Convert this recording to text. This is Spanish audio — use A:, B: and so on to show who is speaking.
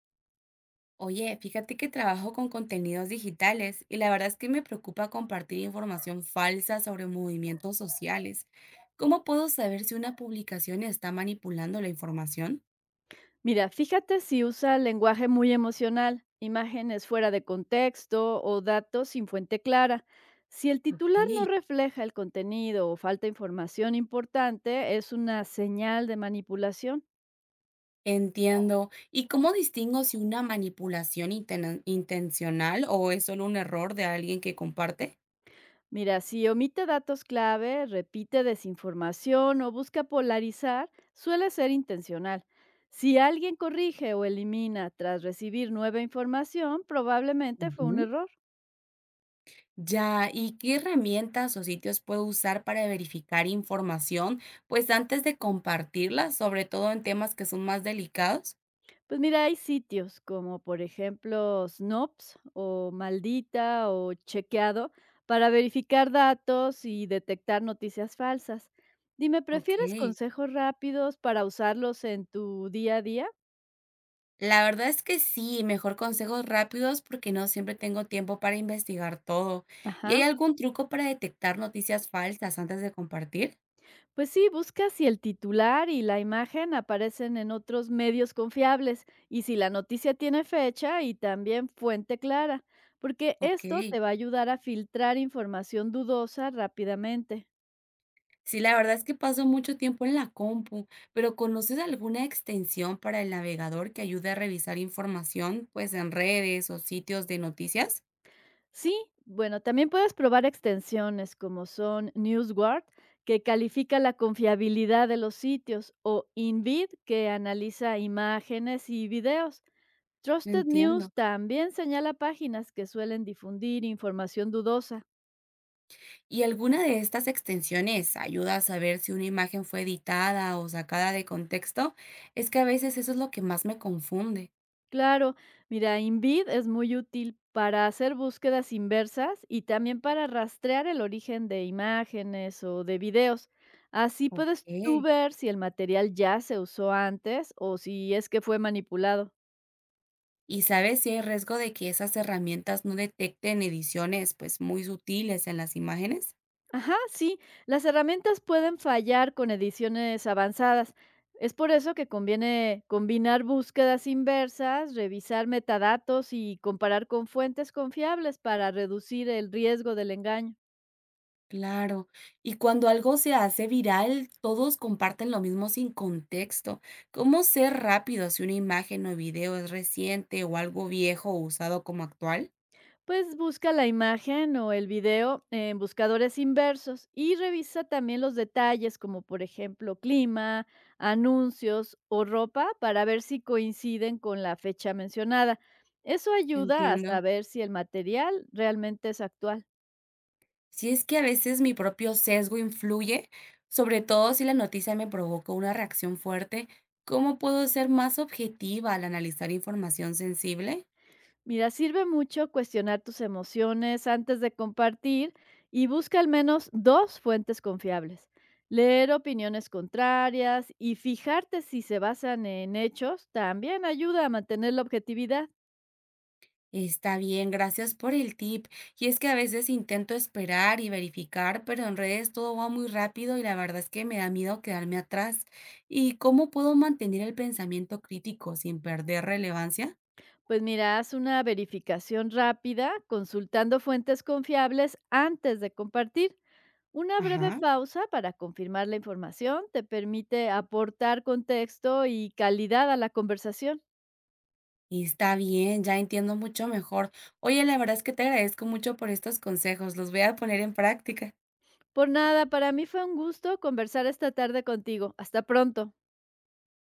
A: Oye, fíjate que trabajo con contenidos digitales y la verdad es que me preocupa compartir información falsa sobre movimientos sociales. ¿Cómo puedo saber si una publicación está manipulando la información?
B: Mira, fíjate si usa lenguaje muy emocional, imágenes fuera de contexto o datos sin fuente clara. Si el titular
A: Ok.
B: no refleja el contenido o falta información importante, es una señal de manipulación.
A: Entiendo. ¿Y cómo distingo si una manipulación intencional o es solo un error de alguien que comparte?
B: Mira, si omite datos clave, repite desinformación o busca polarizar, suele ser intencional. Si alguien corrige o elimina tras recibir nueva información, probablemente fue un
A: Ujú.
B: error.
A: Ya, ¿y qué herramientas o sitios puedo usar para verificar información, pues antes de compartirla, sobre todo en temas que son más delicados?
B: Pues mira, hay sitios como por ejemplo Snops o Maldita o Chequeado para verificar datos y detectar noticias falsas. Dime, ¿prefieres
A: Okey.
B: consejos rápidos para usarlos en tu día a día?
A: La verdad es que sí, mejor consejos rápidos porque no siempre tengo tiempo para investigar todo. ¿Y hay
B: Ajá.
A: algún truco para detectar noticias falsas antes de compartir?
B: Pues sí, busca si el titular y la imagen aparecen en otros medios confiables y si la noticia tiene fecha y también fuente clara, porque esto
A: Okey.
B: te va a ayudar a filtrar información dudosa rápidamente.
A: Sí, la verdad es que paso mucho tiempo en la compu, pero ¿conoces alguna extensión para el navegador que ayude a revisar información, pues en redes o sitios de noticias?
B: Sí, bueno, también puedes probar extensiones como son NewsGuard, que califica la confiabilidad de los sitios, o InVid, que analiza imágenes y videos. Trusted
A: Entiendo.
B: News también señala páginas que suelen difundir información dudosa.
A: ¿Y alguna de estas extensiones ayuda a saber si una imagen fue editada o sacada de contexto? Es que a veces eso es lo que más me confunde.
B: Claro, mira, Invid es muy útil para hacer búsquedas inversas y también para rastrear el origen de imágenes o de videos. Así
A: Ok.
B: puedes tú ver si el material ya se usó antes o si es que fue manipulado.
A: ¿Y sabes si hay riesgo de que esas herramientas no detecten ediciones pues muy sutiles en las imágenes?
B: Ajá, sí, las herramientas pueden fallar con ediciones avanzadas. Es por eso que conviene combinar búsquedas inversas, revisar metadatos y comparar con fuentes confiables para reducir el riesgo del engaño.
A: Claro. Y cuando algo se hace viral, todos comparten lo mismo sin contexto. ¿Cómo ser rápido si una imagen o video es reciente o algo viejo o usado como actual?
B: Pues busca la imagen o el video en buscadores inversos y revisa también los detalles como por ejemplo clima, anuncios o ropa para ver si coinciden con la fecha mencionada. Eso ayuda a
A: Entiendo.
B: saber si el material realmente es actual.
A: Si es que a veces mi propio sesgo influye, sobre todo si la noticia me provocó una reacción fuerte. ¿Cómo puedo ser más objetiva al analizar información sensible?
B: Mira, sirve mucho cuestionar tus emociones antes de compartir y busca al menos dos fuentes confiables. Leer opiniones contrarias y fijarte si se basan en hechos también ayuda a mantener la objetividad.
A: Está bien, gracias por el tip. Y es que a veces intento esperar y verificar, pero en redes todo va muy rápido y la verdad es que me da miedo quedarme atrás. ¿Y cómo puedo mantener el pensamiento crítico sin perder relevancia?
B: Pues mira, haz una verificación rápida consultando fuentes confiables antes de compartir. Una breve
A: Ajá.
B: pausa para confirmar la información te permite aportar contexto y calidad a la conversación.
A: Está bien, ya entiendo mucho mejor. Oye, la verdad es que te agradezco mucho por estos consejos, los voy a poner en práctica.
B: Por nada, para mí fue un gusto conversar esta tarde contigo. Hasta pronto.